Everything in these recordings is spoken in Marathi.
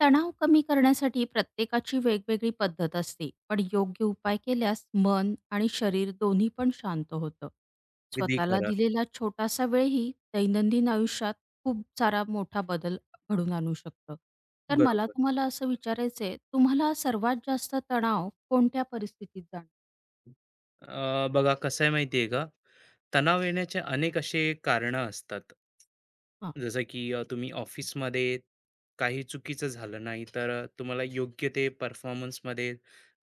तणाव कमी करण्यासाठी प्रत्येकाची वेगवेगळी पद्धत असते, पण योग्य उपाय केल्यास मन आणि शरीर दोन्ही पण शांत होतं. अगदी स्वतःला खरं. दिलेला छोटासा वेळही दैनंदिन आयुष्यात खूप सारा मोठा बदल घडून आणू शकतं. तर मला बरोबर. तुम्हाला असं विचारायचं आहे, तुम्हाला सर्वात जास्त तणाव कोणत्या परिस्थितीत जाणवतो? बघा कसं आहे माहिती आहे का? तणाव येण्याचे अनेक असे कारणं असतात. हां. जसं की तुम्ही ऑफिसमध्ये काही चुकीचं झालं नाही, तर तुम्हाला योग्य ते परफॉर्मन्समध्ये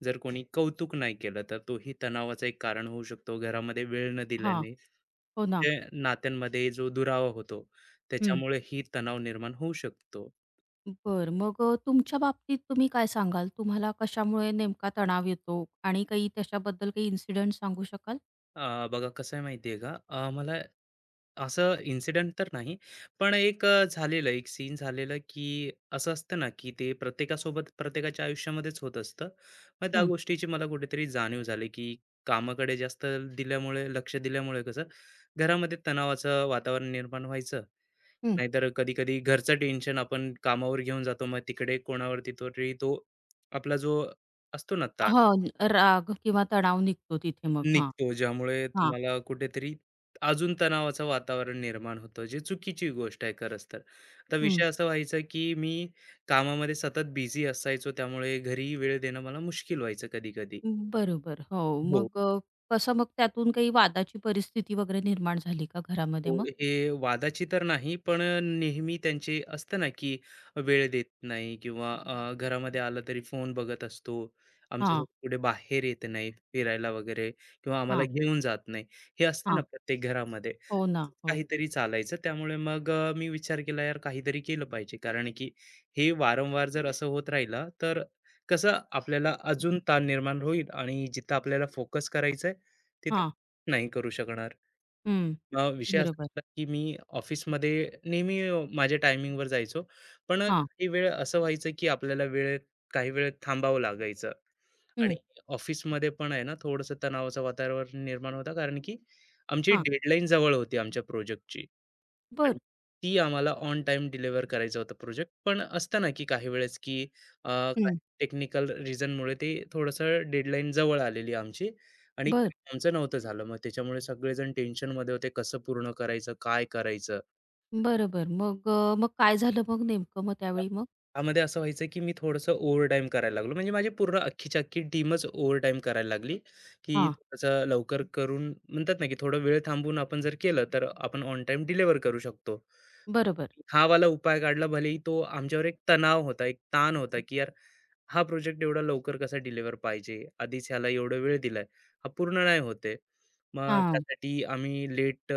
जर कोणी कौतुक नाही केलं, तर तोही तणावाचं एक कारण होऊ शकतो. घरामध्ये वेळ न हां. दिल्याने, हो ना. ते नात्यांमध्ये जो दुरावा होतो, हं. त्याच्यामुळे ही तणाव निर्माण होऊ शकतो. बर, मग तुमच्या बाबतीत तुम्ही काय सांगाल? तुम्हाला कशामुळे नेमका तणाव येतो आणि काही त्याच्याबद्दल काही इन्सिडेंट सांगू शकाल? बघा कसं आहे माहिती का? मला असं इन्सिडेंट तर नाही, पण एक झालेलं, एक सीन झालेलं, की असं असतं ना, की ते प्रत्येकासोबत प्रत्येकाच्या आयुष्यामध्येच होत असतं. मग त्या हं. गोष्टीची मला कुठेतरी जाणीव झाली, की कामाकडे जास्त दिल्यामुळे, लक्ष दिल्यामुळे कसं घरामध्ये तणावाचं वातावरण निर्माण व्हायचं. हं. नाहीतर कधी-कधी घरचं टेन्शन आपण कामावर घेऊन जातो. मग तिकडे कोणावरती तरी तो आपला जो असतो ना ताण हो, राग किंवा तणाव निघतो तिथे मग. हां, निघतो, ज्यामुळे हां. तुम्हाला कुठेतरी अजून तणावाचं वातावरण निर्माण होतं, जे चुकीची गोष्ट आहे खरंच तर. आता हं. विषय असा व्हायचा, की मी कामामध्ये सतत बिझी असायचो, त्यामुळे घरी वेळ देणं मला मुश्किल व्हायचं कधी-कधी. बरोबर. हो, हो. मग कसं मग त्यातून काही वादाची परिस्थिती वगैरे निर्माण झाली का घरामध्ये हो, मग? हे वादाची तर नाही, पण नेहमी त्यांचे असतं ना, की वेळ देत नाही किंवा घरामध्ये आला तरी फोन बघत असतो. हां, आमच्यासोबत कुठे बाहेर येत नाही फिरायला वगैरे किंवा आम्हाला हां, घेऊन जात नाही. हे असतं ना हां. प्रत्येक घरामध्ये. हो ना. तसंच हो. काहीतरी चालायचं. त्यामुळे मग मी विचार केला, यार काहीतरी केलं पाहिजे. कारण की हे वारंवार जर असं होत राहिलं, तर कसं आपल्याला अजून ताण निर्माण होईल आणि जिथं आपल्याला फोकस करायचा आहे, तिथं हां. नाही करू शकणार. हं. विषय असा बरोबर. होता की मी ऑफिसमध्ये नेहमी माझ्या टायमिंगवर जायचो. पण हां. काही वेळ असं व्हायचं की आपल्याला वेळेत काही वेळ थांबावं लागायचं. आणि हं. ऑफिसमध्ये पण आहे ना, थोडंसं तणावाचं वातावरण निर्माण होतं, कारण की आमची हां. डेडलाईन जवळ होती आमच्या प्रोजेक्टची आणि बरं. ती आम्हाला ऑन टाईम डिलिव्हर करायचं होतं प्रोजेक्ट. पण असतं ना, की काही वेळेस, की काही हं. टेक्निकल रिझनमुळे ते थोडंसं डेडलाईन जवळ आलेली आमची आणि बरं. काम आमचं नव्हतं झालं. मग त्याच्यामुळे सगळेजण टेन्शनमध्ये होते, कसं पूर्ण करायचं, काय करायचं? बरोबर. मग मग काय झालं मग नेमकं मग त्यावेळी मग? त्यामध्ये असं व्हायचं की मी थोडंसं ओव्हरटाईम करायला लागलो. म्हणजे माझी पूर्ण अख्खीच्या अख्खी टीमच ओव्हरटाईम करायला लागली, की हां. थोडंसं लवकर करून म्हणतात ना, की थोडा वेळ थांबून आपण जर केलं, तर आपण ऑन टाईम डिलिव्हर करू शकतो. मग बरोबर. हा वाला उपाय काढला. भलेही तो आमच्यावर एक तणाव होता, एक ताण होता, की यार हा प्रोजेक्ट एवढा लवकर कसा डिलिव्हर पाहिजे? आधीच ह्याला एवढा वेळ दिलाय, हा पूर्ण नाही होत मग हां. त्यासाठी आम्ही लेट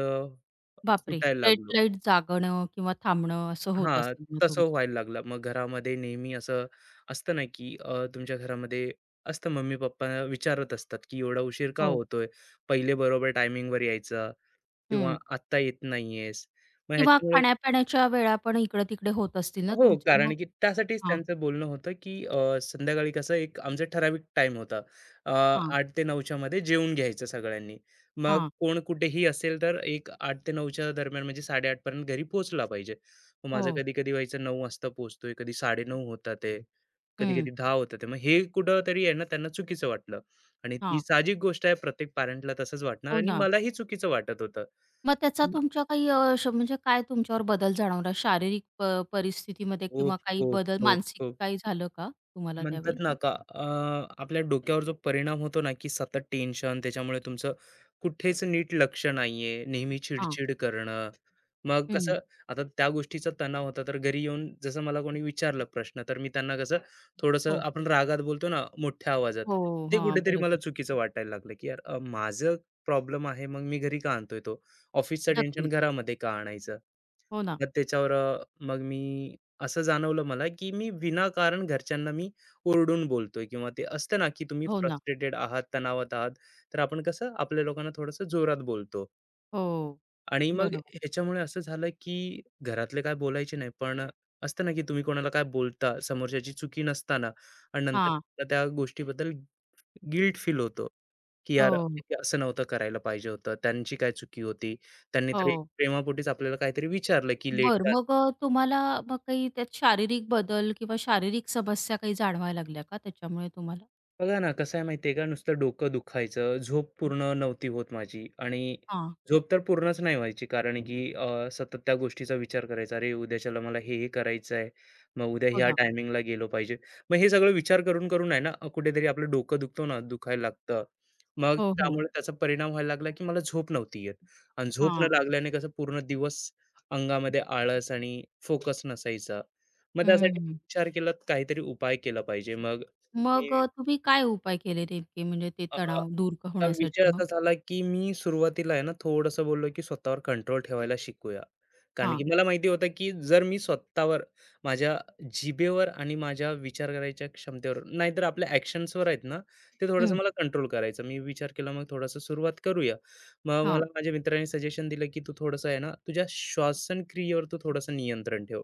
बापरे! सुटायला रेड लागलो. लाईट जागणं किंवा थांबणं असं होत हां, असेल मग तसं तुमचं. व्हायला लागलं. मग घरामध्ये नेहमी असं असतं ना, की तुमच्या घरामध्ये असतं मम्मी-पप्पा विचारत असतात, की एवढा उशीर का हो. होतोय? पहिले बरोबर टायमिंगवर यायचा किंवा हं. आत्ता येत नाहीयेस. मग किंवा ह्याच्यामुळे खाण्यापिण्याच्या वेळा पण इकडे-तिकडे होत असतील ना हो, तुमच्या कारण मग? की त्यासाठीच हां, त्यांचं बोलणं होतं, की संध्याकाळी कसं एक आमचा ठराविक टाइम होता. अ, हां, 8:00 ते 9:00च्या मध्ये जेवून घ्यायचं सगळ्यांनी. मग हां. कोण कुठेही असेल तर एक 8:00 ते 9:00च्या दरम्यान म्हणजे 8:30 पर्यंत घरी पोहोचला पाहिजे. मग माझं हो. कधी-कधी व्हायचं 9:00 वाजता पोहोचतोय, कधी 9:30 होतात आहे, हं. कधी-कधी 10:00 होतात आहे. मग हे कुठेतरी आहे ना त्यांना चुकीचं वाटलं आणि ती हां. साहजिक गोष्ट आहे प्रत्येक पॅरेंटला तसंच वाटणार हो आणि ना. मलाही चुकीचं वाटत होतं. मग त्याचा हं. तुमच्या काही अ, श म्हणजे काय तुमच्यावर बदल जाणवला? शारीरिक परिस्थितीमध्ये खूप, किंवा काही खूप, बदल खूप, मानसिक खूप. काही झालं का तुम्हाला त्यावेळी? म्हणतात ना का आपल्या डोक्यावर जो परिणाम होतो ना की सतत टेन्शन त्याच्यामुळे तुमचं कुठेच नीट लक्ष नाहीये नेहमी हां. चिडचिड करणं मग हं. कसं आता त्या गोष्टीचा तणाव होता तर घरी येऊन जसं मला कोणी विचारलं प्रश्न तर मी त्यांना कसं थोडंसं हो. आपण रागात बोलतो ना मोठ्या आवाजात हो. ते हां. कुठेतरी मला बरोबर. चुकीचं वाटायला लागलं की यार माझं प्रॉब्लेम आहे मग मी घरी का आणतोय तो ऑफिसचं टेन्शन नक्कीच. घरामध्ये का आणायचं हो ना. मग त्याच्यावर अ, मग मी असं जाणवलं मला की मी विनाकारण घरच्यांना मी कोरडून बोलतोय किंवा ते असतं ना, की तुम्ही हो ना. फ्रस्ट्रेटेड आहात, तणावात आहात, तर आपण कसं आपल्या लोकांना थोडंसं जोरात बोलतो हो. आणि मग बरोबर. ह्याच्यामुळे असं झालं, की घरातले काय बोलायचे नाही, पण असतं ना, की तुम्ही कोणाला काय बोलता, समोरच्याची चुकी नसताना आणि नंतर हां. त्याला त्या गोष्टीबद्दल गिल्ट फील होतो, की यार हो. हे असं नव्हतं करायला पाहिजे होतं, त्यांची काय चुकी होती? त्यांनी तरी हो. प्रेमापोटीच आपल्याला काहीतरी विचारलं, की लेट बरं, मग तुम्हाला मग काही त्यात शारीरिक बदल किंवा शारीरिक समस्या काही जाणवायला लागल्या का त्याच्यामुळे तुम्हाला? बघा ना, कसं आहे माहिती आहे का, नुसतं डोकं दुखायचं, झोप पूर्ण नव्हती होत माझी आणि हां. झोप तर पूर्णच नाही व्हायची कारण की सतत त्या गोष्टीचा विचार करायचा. अरे, उद्याच्याला मला हे, हे करायचं आहे. मग उद्या हो ह्या ना. टायमिंगला गेलो पाहिजे. मग हे सगळं विचार करून आहे ना, कुठेतरी आपलं डोकं दुखतो ना, दुखायला लागतं. मग हो, हो. त्यामुळे त्याचा परिणाम व्हायला लागला की मला झोप नव्हती येत आणि झोप न हां. लागल्याने कसं पूर्ण दिवस अंगामध्ये आळस आणि फोकस नसायचा. मग त्यासाठी हं. विचार केला, काहीतरी उपाय केला पाहिजे. मी मग तुम्ही काय उपाय केले नेमके, म्हणजे ते तणाव दूर आता विषय होण्यासाठी मग? असा झाला, की मी सुरुवातीला आहे ना, थोडंसं बोललो, की स्वतःवर कंट्रोल ठेवायला शिकूया. कारण हां. की मला माहिती होतं, की जर मी स्वतःवर, माझ्या जिभेवर आणि माझ्या विचार करायच्या क्षमतेवर, नाहीतर आपल्या ॲक्शन्सवर आहेत ना, ते थोडंसं हं. मला कंट्रोल करायचं. मी विचार केला, मग थोडंसं सुरुवात करूया. मग हां. मला माझ्या मित्राने सजेशन दिलं, की "तू थोडंसं आहे ना, तुझ्या श्वासनक्रियेवर तू थोडंसं नियंत्रण ठेव.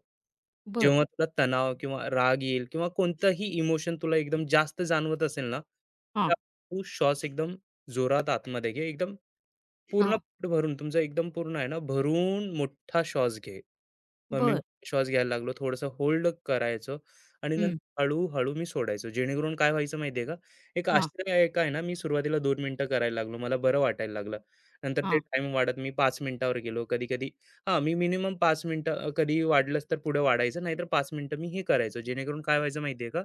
बरं. जेव्हा तुला तणाव किंवा राग येईल किंवा कोणतंही इमोशन तुला एकदम जास्त जाणवत असेल ना, हां. तो श्वास एकदम जोरात आतमध्ये घे. एकदम पूर्ण हां. पोट भरून तुमचं एकदम पूर्ण आहे ना, भरून मोठा श्वास घे. मग मी बरं. श्वास घ्यायला लागलो, थोडंसं होल्ड करायचं आणि हं. नंतर हळू मी सोडायचो. जेणेकरून काय व्हायचं माहिती आहे का? एक हां, आश्चर्य एक आहे ना, मी सुरुवातीला 2 मिनिटं करायला लागलो. मला बरं वाटायला लागलं. नंतर ते हां. टाईम वाढत मी 5 मिनिटावर गेलो. कधी-कधी हां, मी मिनिमम 5 मिनिटं कधी वाढलंच तर पुढे वाढायचं, नाहीतर 5 मिनिटं मी हे करायचो. जेणेकरून काय व्हायचं माहिती का?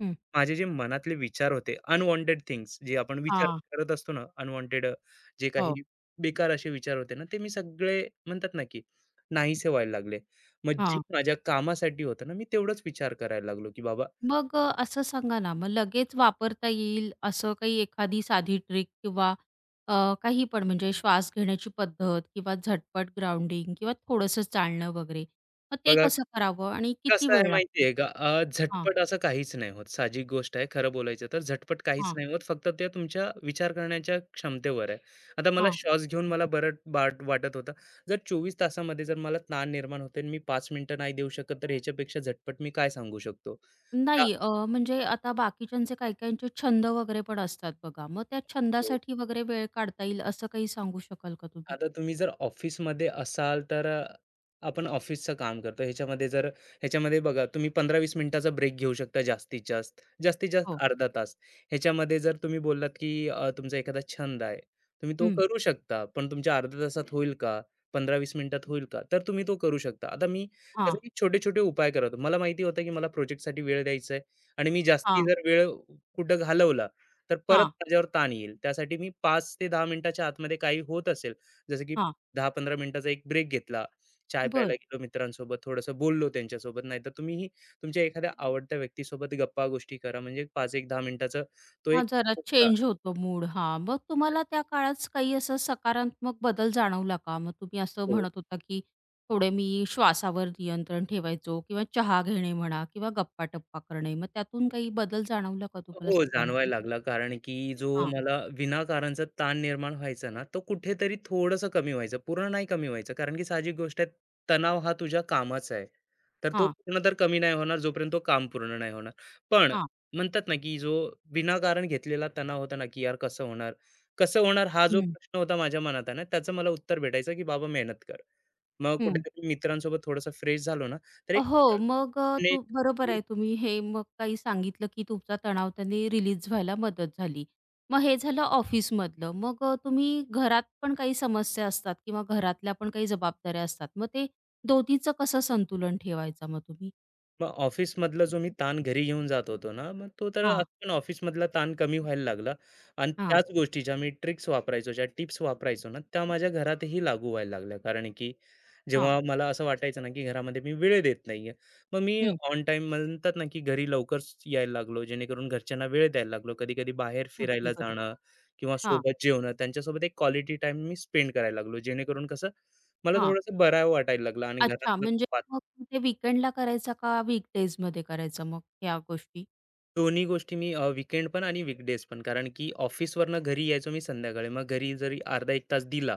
हं. माझे जे मनातले विचार होते, अनवॉन्टेड थिंग्स जे आपण विचार हां. करत असतो ना, अनवॉन्टेड जे काही हो. बेकार असे विचार होते ना, ते मी सगळे म्हणतात ना, की नाहीसे व्हायला लागले. मग जे हां. माझ्या कामासाठी होतं ना, मी तेवढाच विचार करायला लागलो, की बाबा मग असं सांगा ना, मग लगेच वापरता येईल असं काही एखादी साधी ट्रिक किंवा काही पण म्हणजे श्वास घेण्याची पद्धत किंवा झटपट ग्राउंडिंग किंवा थोडंसं चालणं वगैरे. मग ते बघा कसं करावं आणि किती कसं आहे वेळ माहिती लागतो? आहे का? हां, झटपट असं काहीच नाही होत. साहजिक गोष्ट आहे खरं बोलायचं तर झटपट काहीच हां, नाही होत. फक्त ते तुमच्या विचार करण्याच्या क्षमतेवर आहे. आता मला हां. श्वास घेऊन मला बरं बाट वाटत होतं. जर 24 तासामध्ये जर मला ताण निर्माण होते आणि मी 5 मिनिटं नाही देऊ शकत, तर ह्याच्यापेक्षा झटपट मी काय सांगू शकतो? आता नाही, म्हणजे आता बाकीच्यांचे काही-काहींचे छंद वगैरे पण असतात बघा. मग त्या हो. छंदासाठी वगैरे वेळ काढता येईल असं काही सांगू शकाल का तुम्ही? आता तुम्ही जर ऑफिसमध्ये असाल तर आपण ऑफिसचं काम करतो. ह्याच्यामध्ये जर बघा तुम्ही 15-20 मिनिटाचा ब्रेक घेऊ शकता जास्तीत जास्त. जास्तीत जास्त हो. अर्धा तास. ह्याच्यामध्ये जर तुम्ही बोललात, की तुमचा एखादा छंद आहे. तुम्ही तो हं. करू शकता. पण तुमच्या अर्ध्या तासात होईल का? 15-20 मिनिटात होईल का? तर तुम्ही तो करू शकता. आता मी हां, त्यासाठी छोटे-छोटे उपाय करत होतो. मला माहिती होतं, की मला प्रोजेक्टसाठी वेळ द्यायचा आहे आणि मी जास्ती हां, जर वेळ कुठं घालवला, तर परत हां, माझ्यावर ताण येईल. त्यासाठी मी 5 ते 10 मिनिटाच्या आतमध्ये काही होत असेल जसं की हां. दहा 15 मिनिटाचा एक ब्रेक घेतला. चाय प्यायला बरं. गेलो मित्रांसोबत, थोडंसं बोललो त्यांच्यासोबत. नाहीतर तुम्हीही तुमच्या एखाद्या आवडत्या व्यक्तीसोबत गप्पा गोष्टी करा. म्हणजे 5 एक दहा मिनिटाचा तो एक हां, जरा चेंज होतो मूड. हां, मग तुम्हाला त्या काळात काही असं सकारात्मक बदल जाणवला का? मग तुम्ही असं हो म्हणत होता, की थोडे मी श्वासावर नियंत्रण ठेवायचो किंवा चहा घेणे म्हणा किंवा गप्पा-टप्पा करणे. मग त्यातून काही बदल जाणवला का तुम्हाला हो, जाणवायला सकारात्मक? लागला. कारण की जो हां, मला विनाकारणचा ताण निर्माण व्हायचा ना, तो कुठेतरी थोडंसं कमी व्हायचा. पूर्ण नाही कमी व्हायचा. कारण की साहजिक गोष्ट आहे, तणाव हा तुझ्या कामाचा आहे. तर तो हां, पूर्ण तर कमी नाही होणार, जोपर्यंत तो काम पूर्ण नाही होणार. पण हां. म्हणतात ना, की जो विनाकारण घेतलेला तणाव होता ना, की यार कसं होणार? कसं होणार? हा जो हं, प्रश्न होता माझ्या मनात आहे ना, त्याचं मला उत्तर भेटायचं, की बाबा मेहनत कर. मग हं. कुठेतरी मित्रांसोबत थोडंसं फ्रेश झालो ना, तर हो, मग एक तू बरोबर आहे, तुम्ही हे मग काही सांगितलं, की तुमचा तणाव त्याने रिलीज व्हायला मदत झाली. मग हे झालं ऑफिसमधलं. मग तुम्ही घरात पण काही समस्या असतात किंवा घरातल्या पण काही जबाबदाऱ्या असतात. मग ते दोन्हीचं कसं संतुलन ठेवायचं मग तुम्ही? मग ऑफिसमधला जो मी ताण घरी घेऊन जात होतो ना, मग तो तर आज हां, पण ऑफिसमधला ताण कमी व्हायला लागला आणि हां, त्याच गोष्टी ज्या मी ट्रिक्स वापरायचो, ज्या टिप्स वापरायचो ना, त्या माझ्या घरातही लागू व्हायला लागल्या. कारण की हां. जेव्हा मला असं वाटायचं ना, की घरामध्ये मी वेळ देत नाहीये, मग मी हं. ऑन टाईम म्हणतात ना, की घरी लवकर यायला लागलो, जेणेकरून घरच्यांना वेळ द्यायला लागलो. कधी-कधी बाहेर अगदी फिरायला बरोबर. जाणं किंवा हां, सोबत जेवणं, त्यांच्यासोबत एक क्वालिटी टाईम मी स्पेंड करायला लागलो. जेणेकरून कसं मला हां. थोडंसं बरं वाटायला लागलं आणि अच्छा, घरातलं म्हणजे मग ते वीकेंडला करायचा का वीकडेजमध्ये करायचा मग ह्या गोष्टी? दोन्ही गोष्टी मी वीकेंड पण आणि वीकडेज पण. कारण की ऑफिसवरनं घरी यायचो मी संध्याकाळी. मग घरी जरी अर्धा 1 तास दिला,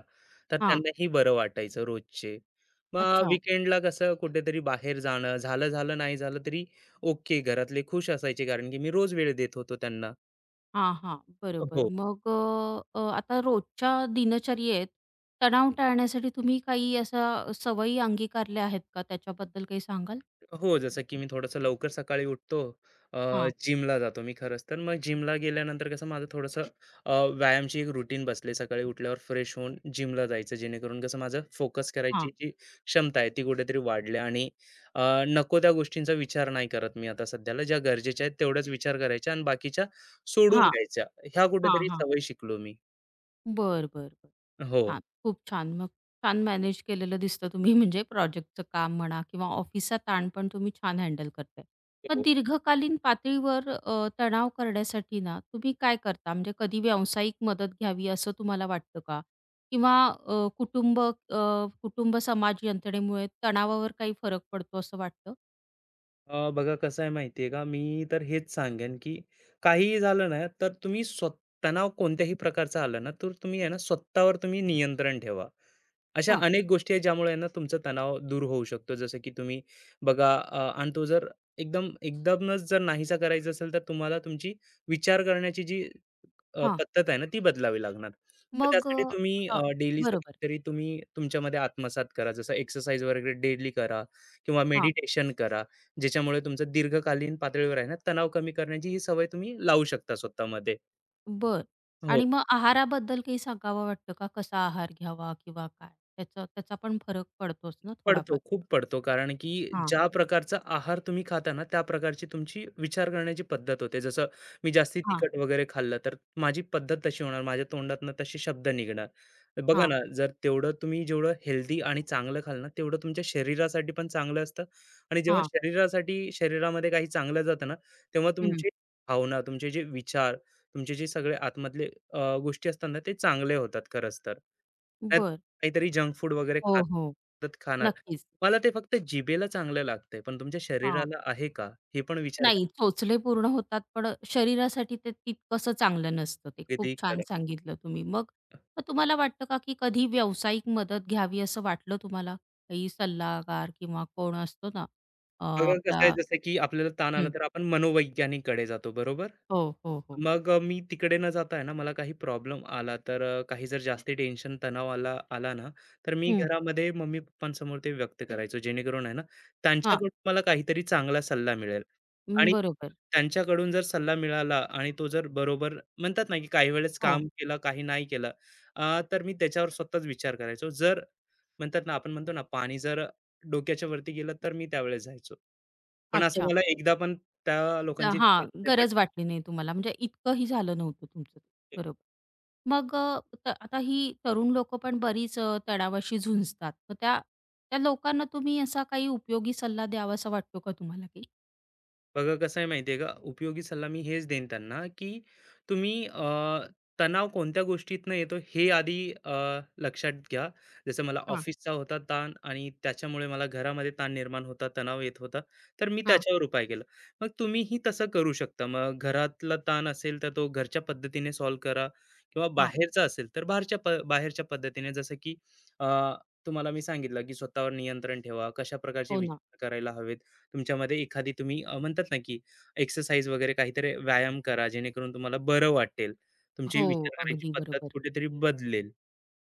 तर हां, त्यांनाही बरं वाटायचं रोजचे. मग अच्छा. वीकेंडला कसं कुठेतरी बाहेर जाणं, झालं-झालं, नाही झालं तरी ओके. घरातले खुश असायचे कारण की मी रोज वेळ देत होतो त्यांना. हां, हां. बरोबर. हो, मग अ, अ, आता रोजच्या दिनचर्येत तणाव टाळण्यासाठी तुम्ही काही अशा सवयी अंगीकारल्या आहेत का? त्याच्याबद्दल काही सांगाल? हो, जसं की मी थोडंसं लवकर सकाळी उठतो. अ, हां, जिमला जातो मी खरंच तर. मग जिमला गेल्यानंतर कसं माझं थोडंसं अ, व्यायामची एक रूटीन बसली. सकाळी उठल्यावर फ्रेश होऊन जिमला जायचं, जेणेकरून कसं माझं फोकस करायची हां. जी क्षमता आहे, ती कुठेतरी वाढली आणि नको त्या गोष्टींचा विचार नाही करत मी आता सध्याला. ज्या गरजेच्या आहेत, तेवढ्याच विचार करायच्या आणि बाकीच्या सोडून हां, द्यायच्या. ह्या हां, कुठेतरी हां. सवयी शिकलो मी. बर, बर. हो. छान. खूप छान. मग छान मॅनेज केलेलं दिसतं तुम्ही, म्हणजे प्रोजेक्टचं काम म्हणा किंवा ऑफिसचा ताण पण तुम्ही छान हँडल करताय. मग हो. दीर्घकालीन पातळीवर तणाव करण्यासाठी ना तुम्ही काय करता? म्हणजे कधी व्यावसायिक मदत घ्यावी असं तुम्हाला वाटतं का? किंवा कुटुंब समाज यंत्रणेमुळे तणावावर काही फरक पडतो असं वाटतं? बघा कसं आहे माहिती आहे का? मी तर हेच सांगेन, की काहीही झालं ना, तर तुम्ही स्वतः तणाव कोणत्याही प्रकारचा आला ना, तर तुम्ही आहे ना, स्वतःवर तुम्ही नियंत्रण ठेवा. अशा हां, अनेक गोष्टी आहेत ज्यामुळे आहे ना, तुमचा तणाव दूर होऊ शकतो. जसं की तुम्ही बघा आणि तो जर एकदमच जर नाहीसा करायचा असेल, तर तुम्हाला तुमची विचार करण्याची जी हां. पद्धत आहे ना, ती बदलावी लागणार. मग मग अ, त्यासाठी तुम्ही हां. डेलीचं बरोबर. काहीतरी तुम्ही तुमच्यामध्ये आत्मसात करा. जसं एक्सरसाइज वगैरे डेली करा किंवा मेडिटेशन करा. ज्याच्यामुळे तुमचं दीर्घकालीन पातळीवर आहे ना, तणाव कमी करण्याची ही सवय तुम्ही लावू शकता स्वतःमध्ये. बरं. हो. आणि मग आहाराबद्दल काही सांगावं वाटतं का? कसा आहार घ्यावा किंवा काय? त्याचा त्याचा पण फरक पडतोच ना पडतो, थोडाफार? खूप पडतो. कारण की हां, ज्या प्रकारचा आहार तुम्ही खाता ना, त्या प्रकारची तुमची विचार करण्याची पद्धत होते. जसं मी जास्ती हां, तिखट वगैरे खाल्लं, तर माझी पद्धत तशी होणार. माझ्या तोंडातनं तसे शब्द निघणार. बघा हां, ना, जर तेवढं तुम्ही जेवढं हेल्दी आणि चांगलं खाल ना, तेवढं तुमच्या शरीरासाठी पण चांगलं असतं आणि जेव्हा हां. शरीरासाठी शरीरामध्ये काही चांगलं जातं ना, तेव्हा हं. तुमची भावना, तुमचे जे विचार, तुमचे जे सगळे आतमधले गोष्टी असतात ना, ते चांगले होतात खरंच तर. त्यात बरं. काहीतरी जंक फूड वगैरे हो, खात हो. खाणार नक्कीच. मला ते फक्त जिभेला चांगलं लागतंय, पण तुमच्या हां. शरीराला आहे का? हे पण विचार करा नाही, चोचले पूर्ण होतात, पण शरीरासाठी ते तितकंसं चांगलं नसतं ते. खूप कधीही छान करा. सांगितलं तुम्ही. मग मग तुम्हाला वाटतं का, की कधी व्यावसायिक मदत घ्यावी असं वाटलं तुम्हाला? काही सल्लागार किंवा कोण असतो ना, अ, बघा कसं आहे आपला. जसं की आपल्याला ताण आला हं. तर आपण मनोवैज्ञानिककडे जातो बरोबर? हो, हो, हो. मग मी तिकडे न जाता आहे ना मला काही प्रॉब्लेम आला तर काही जर जास्ती टेन्शन तणाव आला आला ना, तर मी हं. घरामध्ये मम्मी-पप्पांसमोर ते व्यक्त करायचो जेणेकरून आहे ना, हां. त्यांच्याकडून मला काहीतरी चांगला सल्ला मिळेल आणि बरोबर. त्यांच्याकडून जर सल्ला मिळाला आणि तो जर बरोबर म्हणतात ना, की काही वेळेस हो. काम केलं, काही नाही केलं, तर मी त्याच्यावर स्वतःच विचार करायचो. जर म्हणतात ना, आपण म्हणतो ना, पाणी जर डोक्याच्या वरती गेलं, तर मी त्यावेळेस जायचो. पण असं अच्छा. मला एकदा पण त्या लोकांची गरज हां, नाही गरज पडली. वाटली नाही तुम्हाला, म्हणजे इतकंही झालं नव्हतं तुमचं. बरोबर. मग अ, त आता ही तरुण लोकं पण बरीच तणावाशी झुंजतात. मग त्या त्या लोकांना तुम्ही असा काही उपयोगी सल्ला द्यावासा वाटतो का तुम्हाला, की बघा कसं आहे माहिती आहे का उपयोगी सल्ला मी हेच देईन त्यांना की तुम्ही तणाव कोणत्या गोष्टीतनं येतो हे आधी अ, लक्षात घ्या जसं मला हां, ऑफिसचा होता ताण आणि त्याच्यामुळे मला घरामध्ये ताण निर्माण होता तणाव येत होता तर मी हां, त्याच्यावर उपाय केला मग तुम्हीही तसं करू शकता मग घरातला ताण असेल तर तो घरच्या पद्धतीने सॉल्व करा किंवा हां. बाहेरचा असेल तर बाहेरच्या पद्धतीने जसं की अ, तुम्हाला मी सांगितलं की स्वतःवर नियंत्रण ठेवा कशा प्रकारचे हो ना. विचार करायला हवेत तुमच्यामध्ये एखादी तुम्ही म्हणतात ना, की एक्सरसाइज वगैरे काहीतरी व्यायाम करा, जेणेकरून तुम्हाला बरं वाटेल. तुमची हो, विचार करायची अगदी पद्धत बरोबर. कुठेतरी बदलेल.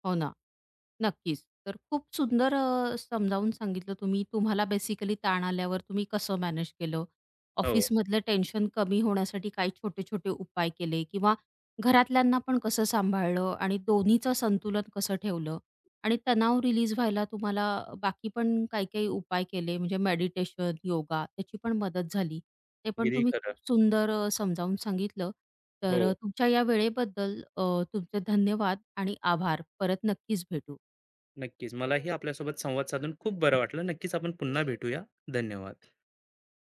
हो ना. नक्कीच. तर खूप सुंदर समजावून सांगितलं तुम्ही. तुम्हाला बेसिकली ताण आल्यावर तुम्ही कसं मॅनेज केलं, हो, ऑफिसमधलं टेन्शन कमी होण्यासाठी काही छोटे-छोटे उपाय केले किंवा घरातल्यांना पण कसं सांभाळलं आणि दोन्हीचं संतुलन कसं ठेवलं आणि तणाव रिलीज व्हायला तुम्हाला बाकी पण काही-काही उपाय केले म्हणजे मेडिटेशन, योगा, त्याची पण मदत झाली. ते पण अगदी तुम्ही खरं. खूप सुंदर समजावून सांगितलं. तर हो, तुमच्या या वेळेबद्दल तुमचे धन्यवाद आणि आभार. परत नक्कीच भेटू. नक्कीच. मलाही आपल्यासोबत संवाद साधून खूप बरं वाटलं. नक्कीच आपण पुन्हा भेटूया. धन्यवाद.